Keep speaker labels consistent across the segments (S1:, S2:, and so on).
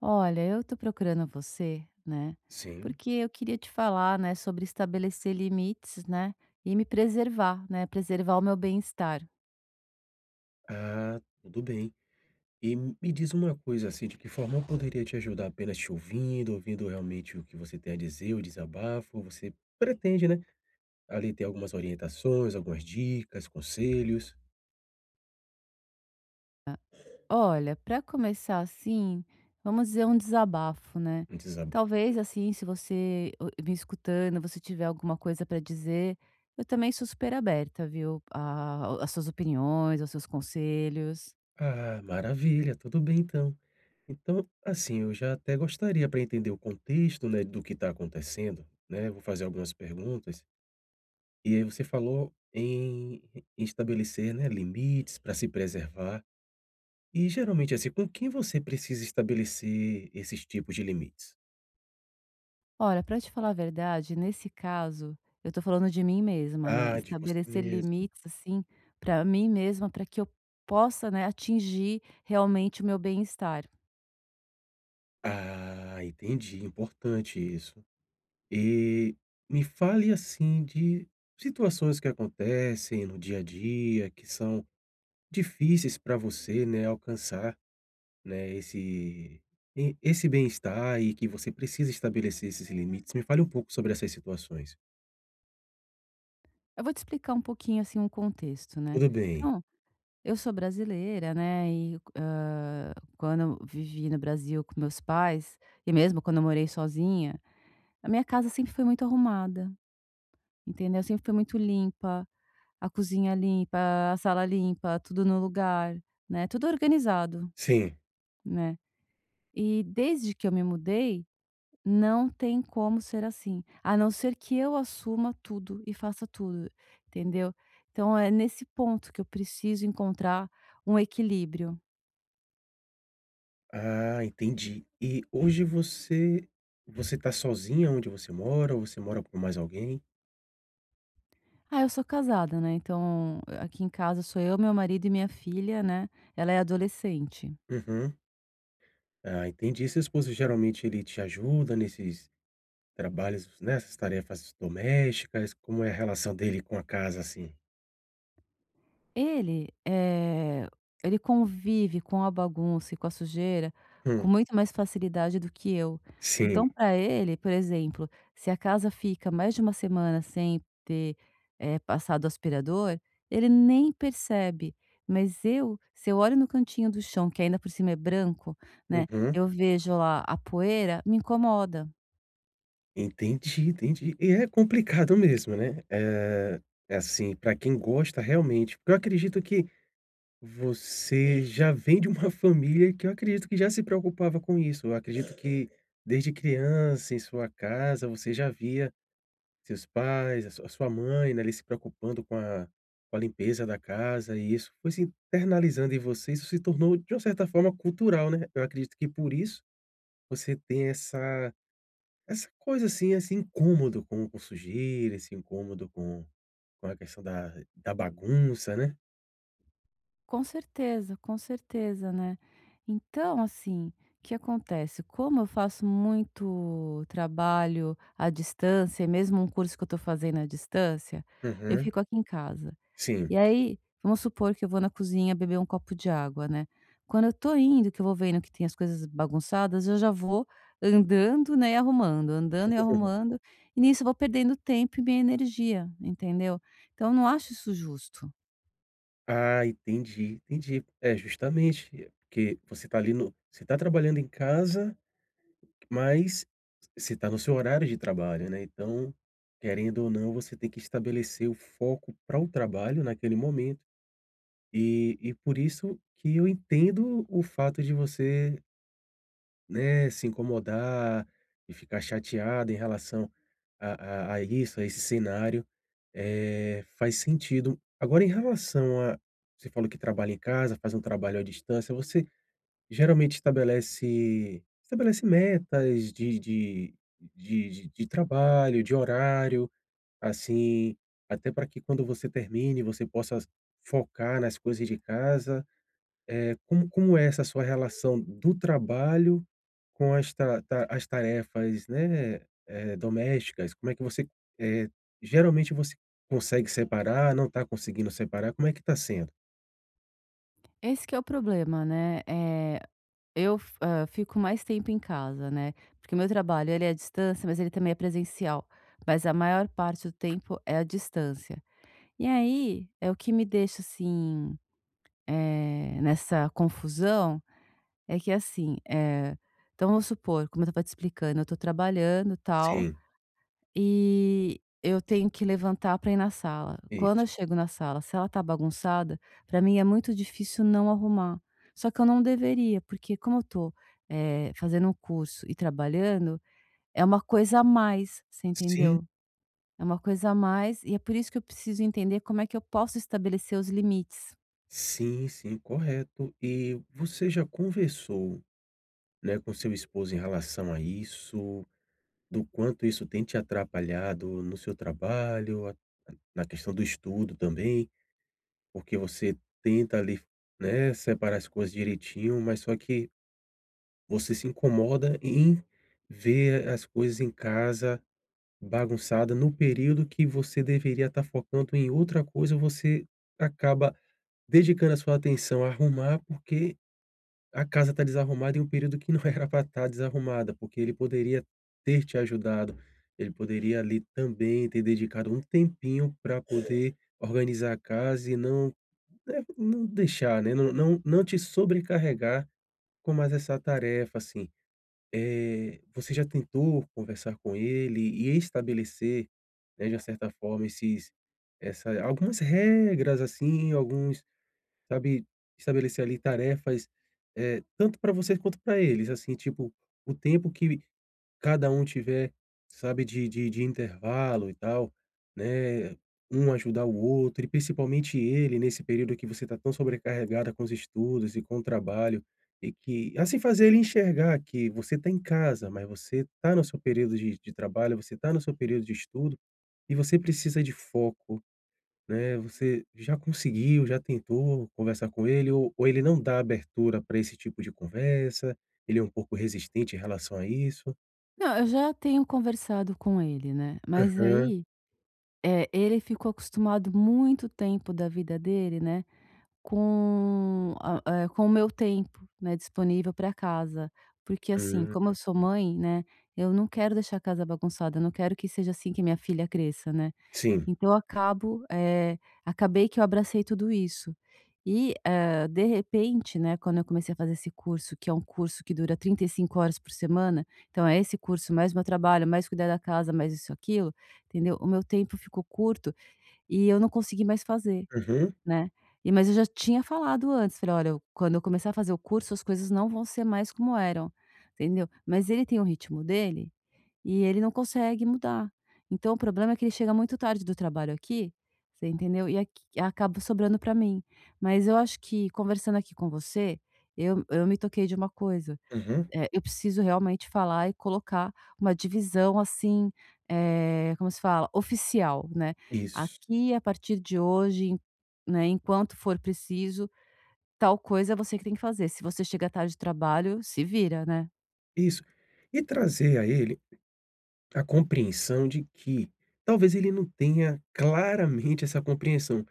S1: Olha, eu tô procurando você, né?
S2: Sim.
S1: Porque eu queria te falar, né, sobre estabelecer limites, né, e me preservar, né, preservar o meu bem-estar.
S2: Ah, tudo bem. E me diz uma coisa, assim, de que forma eu poderia te ajudar apenas te ouvindo, ouvindo realmente o que você tem a dizer, o desabafo? Você pretende, né, ali ter algumas orientações, algumas dicas, conselhos,
S1: Olha, para começar assim, vamos dizer um desabafo, né?
S2: um desabafo.
S1: Talvez assim, se você me escutando, você tiver alguma coisa para dizer, eu também sou super aberta, viu? Às suas opiniões, aos seus conselhos.
S2: Ah, maravilha, tudo bem então. Então, assim, eu já até gostaria para entender o contexto, né, do que está acontecendo, né? Vou fazer algumas perguntas. E aí você falou em estabelecer, né, limites para se preservar. E geralmente, assim, com quem você precisa estabelecer esses tipos de limites?
S1: Olha, para te falar a verdade, nesse caso, eu tô falando de mim mesma, né,
S2: Ah, de você
S1: estabelecer
S2: mesmo.
S1: limites, assim, para mim mesma, para que eu possa, né, atingir realmente o meu bem-estar.
S2: Ah, entendi, importante isso. E me fale assim de situações que acontecem no dia a dia, que são difíceis para você, né, alcançar, né, esse esse bem-estar e que você precisa estabelecer esses limites. Me fale um pouco sobre essas situações.
S1: Eu vou te explicar um pouquinho, assim, um contexto, né.
S2: Tudo bem.
S1: Então, eu sou brasileira, né, e, quando eu vivi no Brasil com meus pais, e mesmo quando eu morei sozinha, a minha casa sempre foi muito arrumada, entendeu, sempre foi muito limpa. A cozinha limpa, a sala limpa, tudo no lugar, né, tudo organizado,
S2: Sim.
S1: né. E desde que eu me mudei, não tem como ser assim, a não ser que eu assuma tudo e faça tudo, entendeu. Então é nesse ponto que eu preciso encontrar um equilíbrio.
S2: Ah, entendi. E hoje você tá sozinha onde você mora ou você mora com mais alguém?
S1: Ah, eu sou casada, né, então aqui em casa sou eu, meu marido e minha filha, né, ela é adolescente.
S2: Uhum. Ah, entendi. Seu esposo geralmente ele te ajuda nesses trabalhos, nessas tarefas domésticas? Como é a relação dele com a casa, assim?
S1: Ele, eh, ele convive com a bagunça e com a sujeira
S2: Hum,
S1: com muito mais facilidade do que eu.
S2: sim.
S1: Então, para ele, por exemplo, se a casa fica mais de uma semana sem ter, passado aspirador, ele nem percebe. Mas eu, se eu olho no cantinho do chão, que ainda por cima é branco, né,
S2: Uhum.
S1: eu vejo lá a poeira, me incomoda.
S2: Entendi, entendi. E é complicado mesmo, né? É, é assim, para quem gosta realmente, porque eu acredito que você já vem de uma família que eu acredito que já se preocupava com isso. Eu acredito que desde criança, em sua casa, você já via seus pais, a sua mãe, né, ali se preocupando com a limpeza da casa e isso foi se internalizando em você, isso se tornou de uma certa forma cultural, né. Eu acredito que por isso você tem essa coisa assim, esse incômodo com sujeira, esse incômodo com a questão da bagunça, né.
S1: Com certeza, né. Então, assim, o que acontece, como eu faço muito trabalho à distância, e mesmo um curso que eu estou fazendo à distância, eu
S2: Uhum.
S1: fico aqui em casa.
S2: Sim.
S1: E aí, vamos supor que eu vou na cozinha beber um copo de água, né. Quando eu estou indo, que eu vou vendo que tem as coisas bagunçadas, eu já vou andando, né, e arrumando, andando e arrumando, e nisso eu vou perdendo tempo e minha energia, entendeu. Então eu não acho isso justo.
S2: Ah, entendi, entendi. É, justamente, é porque você está ali no você está trabalhando em casa, mas você está no seu horário de trabalho, né, então, querendo ou não, você tem que estabelecer o foco para o trabalho naquele momento, e por isso que eu entendo o fato de você, né, se incomodar e ficar chateado em relação a isso, a esse cenário, faz sentido. Agora em relação a você falou que trabalha em casa, faz um trabalho à distância, você geralmente estabelece metas de trabalho, de horário, assim, até para que quando você termine, você possa focar nas coisas de casa? Como é essa sua relação do trabalho com as ta ta as tarefas, né, domésticas? Como é que você, eh, geralmente você consegue separar, não está conseguindo separar, como é que está sendo?
S1: Esse que é o problema, né, fico mais tempo em casa, né, porque o meu trabalho ele é à distância, mas ele também é presencial, mas a maior parte do tempo é à distância. E aí, é o que me deixa, assim, nessa confusão, é que assim, então vamos supor, como eu estava te explicando, eu estou trabalhando, tal,
S2: Sim,
S1: e eu tenho que levantar para ir na sala. Quando eu
S2: isso.
S1: chego na sala, se ela tá bagunçada, para mim é muito difícil não arrumar. Só que eu não deveria, porque como eu tô, fazendo um curso e trabalhando, é uma coisa a mais, você
S2: Sim,
S1: entendeu? É uma coisa a mais e é por isso que eu preciso entender como é que eu posso estabelecer os limites.
S2: sim, sim, correto. E você já conversou, né, com seu esposo em relação a isso? Do quanto isso tem te atrapalhado no seu trabalho, a na questão do estudo também? Porque você tenta ali, né, separar as coisas direitinho, mas só que você se incomoda em ver as coisas em casa bagunçada no período que você deveria estar focando em outra coisa, você acaba dedicando a sua atenção a arrumar, porque a casa está desarrumada em um período que não era para estar desarrumada, porque ele poderia ter te ajudado, ele poderia ali também ter dedicado um tempinho para poder organizar a casa e não é, não deixar, né, não te sobrecarregar com mais essa tarefa, assim. Você já tentou conversar com ele e estabelecer, né, de uma certa forma, esses essa algumas regras, assim, alguns sabe, estabelecer ali tarefas, tanto para vocês quanto para eles, assim, tipo, o tempo que cada um tiver, sabe, de intervalo e tal, né, um ajudar o outro e principalmente ele nesse período que você está tão sobrecarregada com os estudos e com o trabalho, e que assim, fazer ele enxergar que você está em casa, mas você está no seu período de trabalho, você está no seu período de estudo, e você precisa de foco, né, você já conseguiu, já tentou conversar com ele ou ele não dá abertura para esse tipo de conversa, ele é um pouco resistente em relação a isso?
S1: Não, eu já tenho conversado com ele, né, mas aí, ele ficou acostumado muito tempo da vida dele, né. Com o meu tempo, né, disponível para casa. Porque, assim,
S2: Hum,
S1: como eu sou mãe, né, eu não quero deixar a casa bagunçada, eu não quero que seja assim que minha filha cresça, né.
S2: sim.
S1: Então eu acabo, acabei que eu abracei tudo isso. E, de repente, né, quando eu comecei a fazer esse curso, que é um curso que dura 35 horas por semana, então é esse curso, mais meu trabalho, mais cuidar da casa, mais isso, aquilo, entendeu, o meu tempo ficou curto e eu não consegui mais fazer.
S2: Uhum,
S1: Né. E mas eu já tinha falado antes, falei: "Olha, eu quando eu começar a fazer o curso as coisas não vão ser mais como eram", entendeu. Mas ele tem o ritmo dele e ele não consegue mudar. Então o problema é que ele chega muito tarde do trabalho aqui, você entendeu, e aqui acaba sobrando para mim. Mas eu acho que conversando aqui com você, eu me toquei de uma coisa,
S2: uhum.
S1: é, eu preciso realmente falar e colocar uma divisão assim, como se fala? Oficial, né.
S2: Isso,
S1: Aqui, a partir de hoje, né, enquanto for preciso, tal coisa é você que tem que fazer. Se você chega tarde do trabalho, se vira, né.
S2: isso. E trazer a ele a compreensão de que talvez ele não tenha claramente essa compreensão.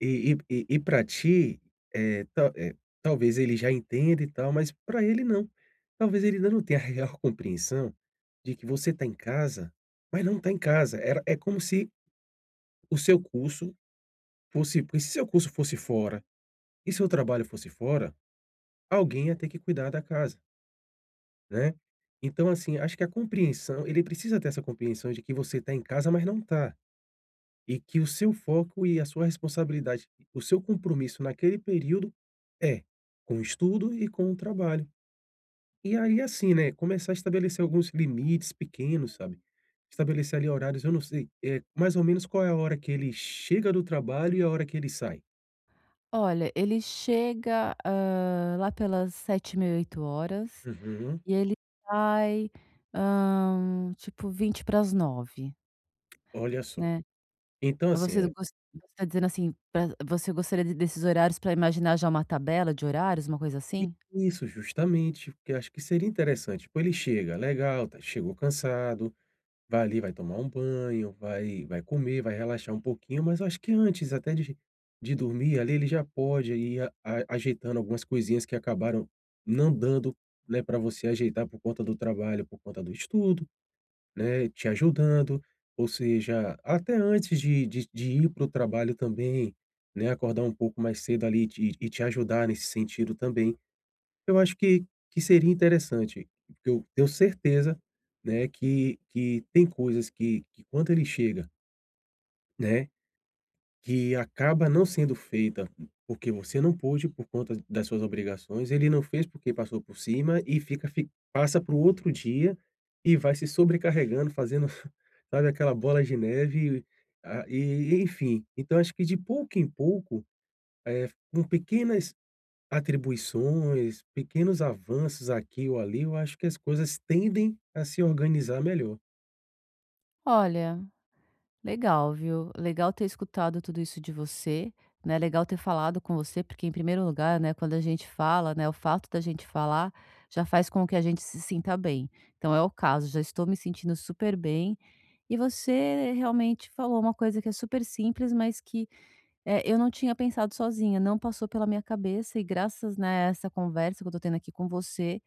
S2: E pra ti, é tal, talvez ele já entenda e tal, mas para ele não. Talvez ele ainda não tenha a real compreensão de que você está em casa, mas não está em casa. Era é como se o seu curso fosse porque se seu curso fosse fora e seu trabalho fosse fora, alguém ia ter que cuidar da casa. Né. Então, assim, acho que a compreensão, ele precisa ter essa compreensão de que você está em casa, mas não está, e que o seu foco e a sua responsabilidade, o seu compromisso naquele período é com o estudo e com o trabalho. E aí, assim, né, começar a estabelecer alguns limites pequenos, sabe. Estabelecer ali horários, eu não sei, mais ou menos qual é a hora que ele chega do trabalho e a hora que ele sai.
S1: Olha, ele chega, lá pelas 19h, 8 horas
S2: Uhum,
S1: e ele sai, tipo 20 para as 9,
S2: olha só.
S1: né.
S2: Então, assim,
S1: Você está dizendo, assim, pra você gostaria de desses horários para imaginar já uma tabela de horários, uma coisa
S2: I
S1: assim?
S2: isso, justamente, porque acho que seria interessante. Tipo, ele chega, legal, tá, chegou cansado, vai ali, vai tomar um banho, vai comer, vai relaxar um pouquinho, mas eu acho que antes até de dormir ali, ele já pode ir a ajeitando algumas coisinhas que acabaram não dando, né, pra você ajeitar por conta do trabalho, por conta do estudo, né, te ajudando, ou seja, até antes de ir para o trabalho também, né, acordar um pouco mais cedo ali e te ajudar nesse sentido também. Eu acho que seria interessante, porque eu tenho certeza, né, que tem coisas que quando ele chega, né, que acaba não sendo feita, porque você não pôde por conta das suas obrigações, ele não fez porque passou por cima e fica fi passa para o outro dia e vai se sobrecarregando, fazendo, sabe, aquela bola de neve, ah, e enfim. Então acho que de pouco em pouco, eh, com pequenas atribuições, pequenos avanços aqui ou ali, eu acho que as coisas tendem a se organizar melhor.
S1: Olha, legal, viu. Legal ter escutado tudo isso de você, né, legal ter falado com você, porque em primeiro lugar, né, quando a gente fala, né, o fato da gente falar já faz com que a gente se sinta bem. Então é o caso, já estou me sentindo super bem, e você realmente falou uma coisa que é super simples, mas que é, eu não tinha pensado sozinha, não passou pela minha cabeça e graças, né, a essa conversa que eu tô tendo aqui com você,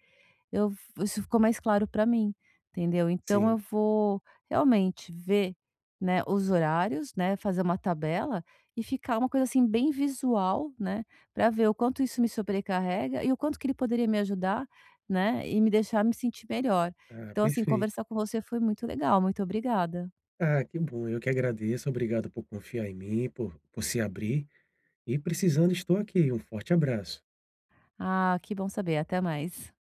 S1: eu isso ficou mais claro para mim, entendeu. Então
S2: Sim.
S1: eu vou realmente ver, né, os horários, né, fazer uma tabela e ficar uma coisa, assim, bem visual, né, para ver o quanto isso me sobrecarrega e o quanto que ele poderia me ajudar, né, e me deixar me sentir melhor.
S2: Ah,
S1: Então, assim,
S2: perfeito.
S1: conversar com você foi muito legal, muito obrigada.
S2: Ah, que bom, eu que agradeço. Obrigado por confiar em mim, por se abrir e precisando estou aqui. Um forte abraço.
S1: Ah, que bom saber, até mais.